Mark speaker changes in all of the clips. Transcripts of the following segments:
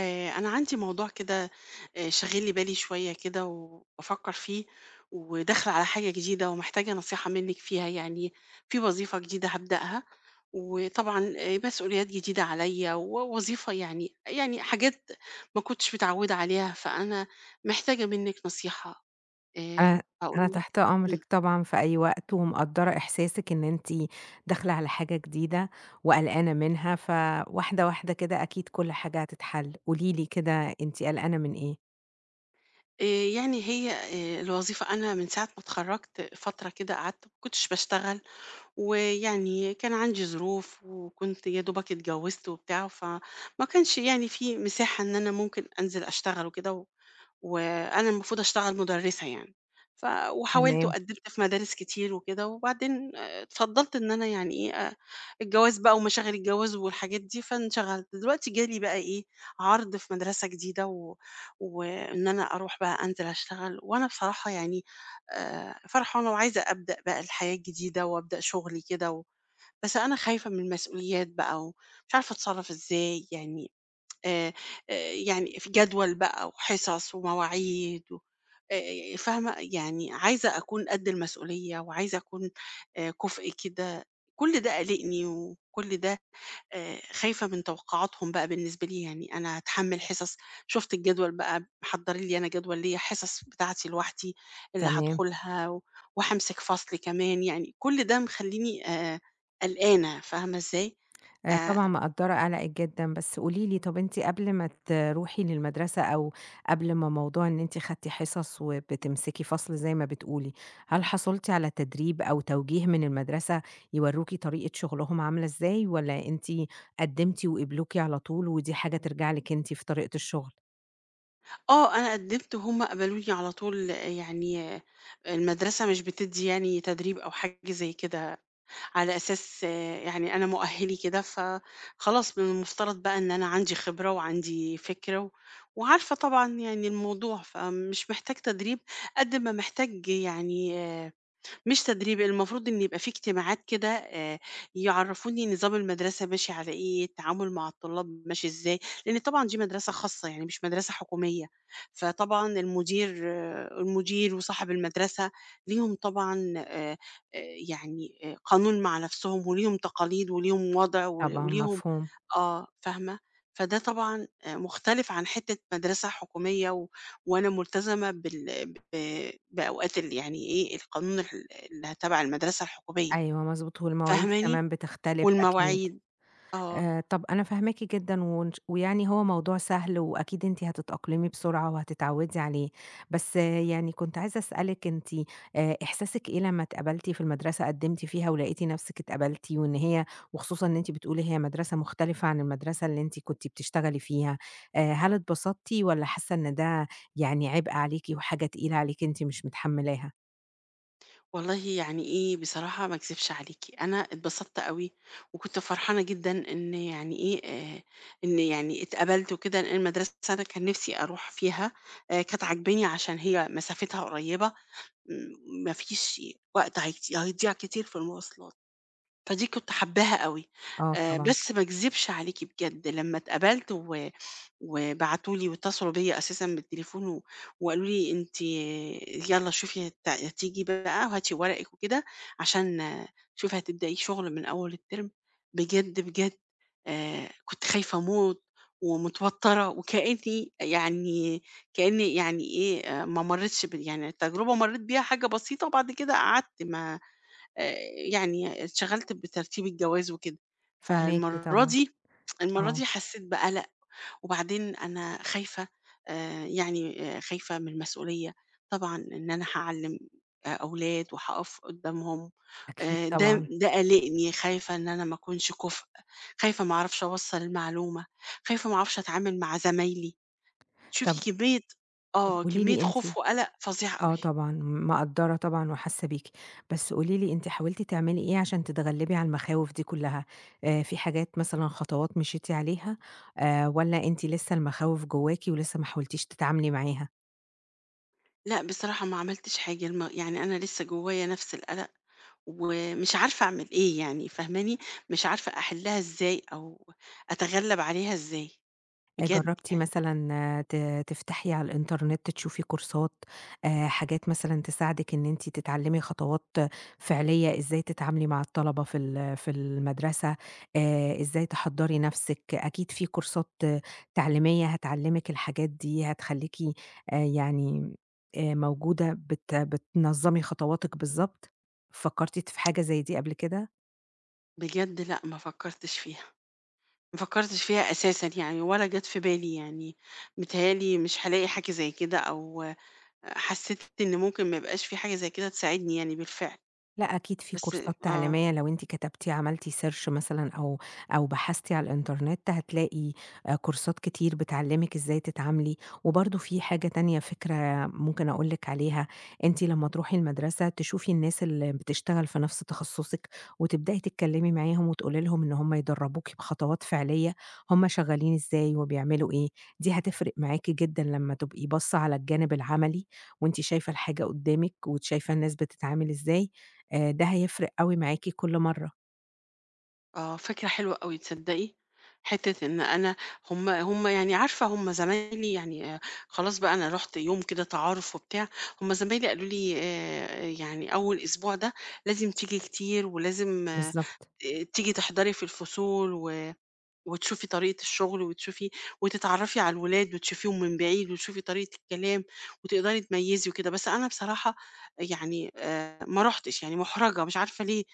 Speaker 1: أنا عندي موضوع كده. شاغل لي بالي شوية كده وبفكر فيه، وداخلة على حاجة جديدة ومحتاجة نصيحة منك فيها يعني. في وظيفة جديدة هبدأها، وطبعا مسؤوليات جديدة عليا ووظيفة يعني حاجات ما كنتش متعودة عليها، فأنا محتاجة منك نصيحة.
Speaker 2: أنا أنا
Speaker 1: أقول لك.
Speaker 2: تحت
Speaker 1: مم.
Speaker 2: أمرِك طبعًا في أي وقت، ومقدّرة إحساسِك إن أنتِ داخلة على حاجة جديدة وقلقانة منها، فواحدة واحدة كده أكيد كل حاجة هتتحل. قولي لي كده أنتِ قلقانة من إيه؟
Speaker 1: آه، يعني هي الوظيفة، أنا من ساعة ما اتخرجت فترة كده قعدت ما كنتش بشتغل، ويعني كان عندي ظروف وكنت يا دوبك اتجوزت وبتاع، فما كانش يعني في مساحة إن أنا ممكن أنزل أشتغل وكده. وأنا المفروض أشتغل مُدرِّسة يعني، ف وحاولت
Speaker 2: تمام،
Speaker 1: وقدِّمت في مدارس كتير وكده، وبعدين اتفضّلت إن أنا يعني إيه، الجواز بقى ومشاغل الجواز والحاجات دي، فانشغلت. دلوقتي جالي بقى إيه، عرض في مدرسة جديدة وإن أنا أروح بقى أنزل أشتغل. وأنا بصراحة يعني فرحانة وعايزة أبدأ بقى الحياة الجديدة وأبدأ شُغلي كده، و بس أنا خايفة من المسؤوليات بقى ومش عارفة أتصرّف إزاي يعني. آآ، يعني في جدول بقى وحصص ومواعيد و فاهمة، يعني عايزة أكون قد المسؤولية وعايزة أكون كُفء كده. كل ده قالقني، وكل ده خايفة من توقعاتهم بقى بالنسبة لي. يعني أنا هاتحمّل حصص، شُفت الجدول بقى محضّرين لي أنا جدول ليّا حصص بتاعتي لوحدي اللي
Speaker 2: تمام.
Speaker 1: هادخلها، و وهامسك فصل كمان. يعني كل ده مخلّيني قلقانة، فاهمة إزاي؟
Speaker 2: طبعًا
Speaker 1: آآ
Speaker 2: مقدّرة قلقِك جدًا، بس قولي لي طَب أنتِ قبل ما تروحي للمدرسة أو قبل ما موضوع إن أنتِ خدتِ حصص وبتمسكي فصل زي ما بتقولي، هل حصلتِ على تدريب أو توجيه من المدرسة يوروكِ طريقة شغلهم عاملة إزاي، والّا أنتِ قدّمتِ وقبلوكِ على طول ودي حاجة ترجع لِك أنتِ في طريقة الشغل؟
Speaker 1: آه، أنا قدّمت وهُم قبلوني على طول، يعني المدرسة مش بتدّي يعني تدريب أو حاجة زي كده، على أساس يعني أنا مؤهِّلي كده، فخلاص من المفترض بقى إن أنا عندي خبرة وعندي فكرة و وعارفة طبعًا يعني الموضوع، فمش محتاج تدريب قد ما محتاج يعني مش تدريب. المفروض إن يبقى في اجتماعات كده، يعرّفوني نظام المدرسة ماشي على إيه، التعامل مع الطلاب ماشي إزاي، لإن طبعًا دي مدرسة خاصة يعني مش مدرسة حكومية. فطبعًا المدير المدير وصاحب المدرسة ليهم طبعًا يعني قانون مع نَفْسهم وليهم تقاليد وليهم وضع و
Speaker 2: طبعًا
Speaker 1: وليهم
Speaker 2: مفهوم.
Speaker 1: فاهمة؟ فده طبعًا مختلف عن حتّة مدرسة حكومية. و وأنا ملتزمة بال ب بأوقات يعني إيه، القانون اللي تبع المدرسة الحكومية،
Speaker 2: أيوه مضبوط، والمواعيد
Speaker 1: فاهماني؟
Speaker 2: كمان بتختلف أكيد.
Speaker 1: والمواعيد آه.
Speaker 2: طَب أنا فاهماكِ جدًا ونش ويعني هو موضوع سهل وأكيد أنتِ هتتأقلمي بسرعة وهتتعوّدي عليه، بس يعني كنت عايزة أسألِك أنتِ إحساسِك إيه لمّا اتقبلتِ في المدرسة قدّمتِ فيها ولقيتِ نَفْسِك اتقبلتِ وإن هي وخصوصًا إن أنتِ بتقولي هي مدرسة مختلفة عن المدرسة اللي أنتِ كنتِ بتشتغلي فيها، هل اتبسطتِ والّا حاسة إن ده يعني عبء عليكِ وحاجة تقيلة عليكِ أنتِ مش متحمّلاها؟
Speaker 1: والله يعني إيه، بصراحة ما أكذبش عليكِ، أنا اتبسطت أوي، وكنت فرحانة جدًا إن يعني إيه، آآ إن يعني اتقبلت وكده، لإن المدرسة أنا كان نفسي أروح فيها. كانت عاجباني عشان هي مسافتها قريبة، ما فيش وقت هيضيع كتير في المواصلات. فدي كنت حاباها أوي.
Speaker 2: آه طبعًا،
Speaker 1: بس ما اكذبش عليكِ بجد، لمّا اتقبلت و وبعتوا لي واتصلوا بيّا أساسًا بالتليفون، و وقالوا لي أنتِ يالّا شوفي هتيجي بقى وهاتي ورقِك وكده عشان شوفي هتبدئي شغل من أول الترم. بجد، بجد كنت خايفة أموت ومتوترة، وكأني يعني كأني يعني إيه، ما مريتش يعني التجربة مريت بيها حاجة بسيطة، وبعد كده قعدت ما آآ يعني اتشغلت بترتيب الجواز وكده.
Speaker 2: فاهماكِ
Speaker 1: فالمرّة
Speaker 2: طبعًا،
Speaker 1: دي المرّة
Speaker 2: آه،
Speaker 1: دي حسّيت بقلق، وبعدين أنا خايفة خايفة من المسؤولية طبعًا، إن أنا هاعلّم أولاد وهاقف قدّامهم.
Speaker 2: أكيد
Speaker 1: آآ ده
Speaker 2: طبعًا.
Speaker 1: ده قالقني، خايفة إن أنا ما أكونش كُفء، خايفة ما أعرفش أوصّل المعلومة، خايفة ما أعرفش أتعامل مع زمايلي.
Speaker 2: طَب
Speaker 1: شوفي كمية
Speaker 2: طَب قولي
Speaker 1: كمية
Speaker 2: لي أنتِ
Speaker 1: خوف وقلق فظيعة أوي.
Speaker 2: آه طبعًا، مقدّرة طبعًا وحاسة بيكِ، بس قولي لي أنتِ حاولتِ تعملي إيه عشان تتغلبي على المخاوف دي كلها؟ في حاجات مثلًا خطوات مشيتِ عليها، والّا أنتِ لسه المخاوف جواكِ ولسه ما حاولتيش تتعاملي معاها؟
Speaker 1: لأ، بصراحة ما عملتش حاجة يعني أنا لسه جوايا نفس القلق، ومش عارفة أعمل إيه يعني، فاهماني؟ مش عارفة أحلّها إزاي أو أتغلّب عليها إزاي، بجد
Speaker 2: جرّبتِ
Speaker 1: يعني.
Speaker 2: مثلًا تفتحي على الإنترنت تشوفي كورسات، حاجات مثلًا تساعدِك إن أنتِ تتعلّمي خطوات فعلية إزاي تتعاملي مع الطلبة في المدرسة، إزاي تحضّري نَفْسِك، أكيد في كورسات تعليمية هتعلّمِك الحاجات دي، هتخلّيكِ آآ يعني موجودة بتنظّمي خطواتِك بالضبط، فكّرتِ في حاجة زي دي قبل كده؟
Speaker 1: بجد لأ ما فكّرتش فيها، ما فكّرتش فيها أساسًا يعني، ولا جات في بالي يعني. متهيأ لي مش هالاقي حاجة زي كده، أو حسّيت إن ممكن ما يبقاش في حاجة زي كده تساعدني يعني بالفعل.
Speaker 2: لأ، أكيد في
Speaker 1: بس
Speaker 2: كورسات
Speaker 1: آه.
Speaker 2: تعليمية لو أنتِ كتبتِ عملتِ search مثلًا أو بحثتِ على الإنترنت هتلاقي كورسات كتير بتعلّمِك إزاي تتعاملي، وبرضه في حاجة تانية فكرة ممكن أقول لِك عليها. أنتِ لمّا تروحي المدرسة تشوفي الناس اللي بتشتغل في نفس تخصصِك، وتبدئي تتكلمي معاهم وتقولي لهم إن هم يدربوكِ بخطوات فعلية هم شغالين إزاي وبيعملوا إيه، دي هتفرق معاكِ جدًا لمّا تبقي باصة على الجانب العملي، وأنتِ شايفة الحاجة قدامِك وشايفة الناس بتتعامل إزاي، ده هيفرق أوي معاكِ كل مرّة.
Speaker 1: آه، فكرة حلوة أوي تصدقي. حتة إن أنا هم يعني عارفة هم زمايلي يعني خلاص بقى أنا رُحت يوم كده تعارُف وبتاع. هم زمايلي قالوا لي يعني أول أسبوع ده لازم تيجي كتير ولازم
Speaker 2: بالضبط،
Speaker 1: تيجي تحضري في الفصول و وتشوفي طريقة الشغل، وتشوفي وتتعرّفي على الولاد وتشوفيهم من بعيد وتشوفي طريقة الكلام وتقدري تميّزي وكده. بس أنا بصراحة يعني ما رُحتش يعني، مُحرَجة مش عارفة ليه.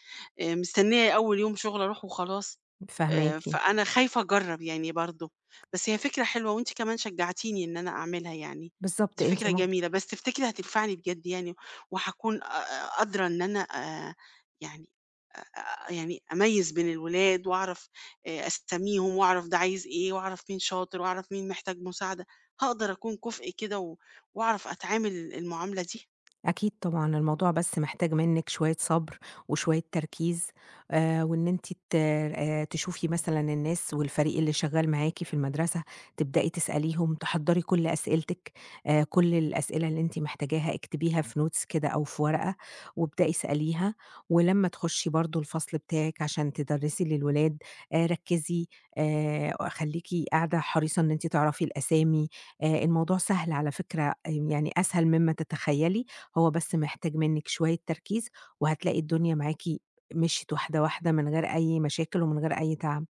Speaker 1: مستنية أول يوم شغل أروح وخلاص.
Speaker 2: فاهماكِ.
Speaker 1: فأنا خايفة أجرّب يعني برضه، بس هي فكرة حلوة وأنتِ كمان شجعتيني إن أنا أعملها يعني.
Speaker 2: بالضبط،
Speaker 1: دي
Speaker 2: أنتِ
Speaker 1: فكرة جميلة، بس تفتكري هتنفعني بجد يعني، وهاكون أ أ قادرة إن أنا يعني أ أ يعني أميّز بين الولاد، وأعرف أسميهم وأعرف ده عايز إيه وأعرف مين شاطر وأعرف مين محتاج مساعدة. هاقدر أكون كُفء كده، و وأعرف أتعامل المعاملة دي؟
Speaker 2: أكيد طبعًا، الموضوع بس محتاج منِّك شوية صبر وشوية تركيز، وإن أنتِ ت تشوفي مثلًا الناس والفريق اللي شغال معاكِ في المدرسة، تبدئي تسأليهم، تحضّري كل أسئلتِك، كل الأسئلة اللي أنتِ محتاجاها اكتبيها في notes كده أو في ورقة، وابدئي اسأليها، ولمّا تخشي برضه الفصل بتاعِك عشان تدرسي للولاد، ركّزي، خليكِ قاعدة حريصة إن أنتِ تعرفي الأسامي. الموضوع سهل على فكرة، يعني أسهل مما تتخيلي، هو بس محتاج منِّك شوية تركيز، وهتلاقي الدنيا معاكِ مشيت واحدة واحدة من غير أي مشاكل ومن غير أي تعب.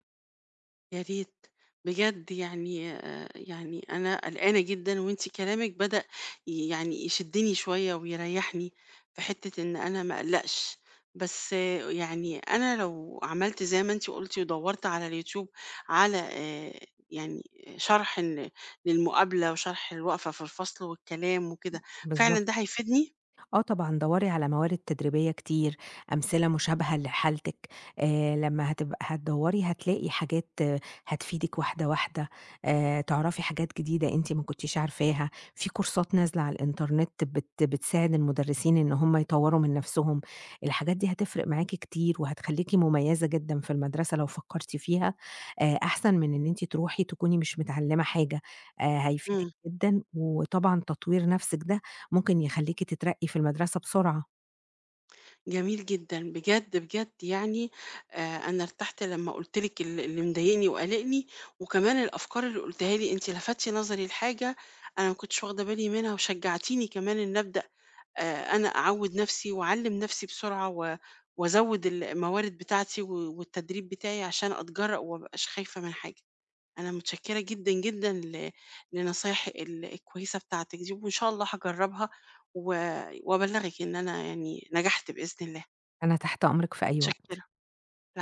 Speaker 1: يا ريت. بجد يعني آه، يعني أنا قلقانة جدا، وانتي كلامك بدأ يعني يشدني شوية ويريحني في حتة إن أنا ما أقلقش. بس آه، يعني أنا لو عملت زي ما انتي قلتي ودورت على اليوتيوب على يعني شرح للمقابلة وشرح الوقفة في الفصل والكلام وكده، فعلا ده
Speaker 2: بالضبط.
Speaker 1: هيفيدني؟
Speaker 2: آه طبعًا دَوّري على موارد تدريبية كتير، أمثلة مشابهة لحالتِك، لمّا هتبقى هتدوّري هتلاقي حاجات آه، هتفيدِك واحدة، واحدة، تعرفي حاجات جديدة أنتِ ما كنتيش عارفاها، في كورسات نازلة على الإنترنت بتساعد المدرسين إن هم يطوّروا من نَفْسهم، الحاجات دي هتفرق معاكِ كتير وهتخلّيكِ مميزة جدًا في المدرسة لو فكّرتِ فيها، أحسن من إن أنتِ تروحي تكوني مش متعلّمة حاجة، هيفيدِك
Speaker 1: إمم.
Speaker 2: جدًا، وطبعًا تطوير نَفْسِك ده ممكن يخلّيكِ تترقّي في المدرسة بسرعة.
Speaker 1: جميل جدًا، بجد، بجد يعني أنا ارتحت لمّا قُلت لِك اللي مضايقني وقالقني، وكمان الأفكار اللي قُلتيها لي أنتِ لفتِ نظري لحاجة أنا ما كنتش واخدة بالي منها، وشجعتيني كمان إني أبدأ أنا أعوّد نَفْسي وأعلِّم نَفْسي بسرعة و وأزوّد الموارد بتاعتي، و والتدريب بتاعي عشان أتجرأ وما ابقاش خايفة من حاجة. أنا متشكرة جدًا، جدًا لنصايح الكويسة بتاعتِك دي، وإن شاء الله هاجرّبها و وأبلّغِك إن أنا يعني نجحت بإذن الله.
Speaker 2: أنا تحت أمرِك في أي
Speaker 1: متشكرة،
Speaker 2: وقت.
Speaker 1: الع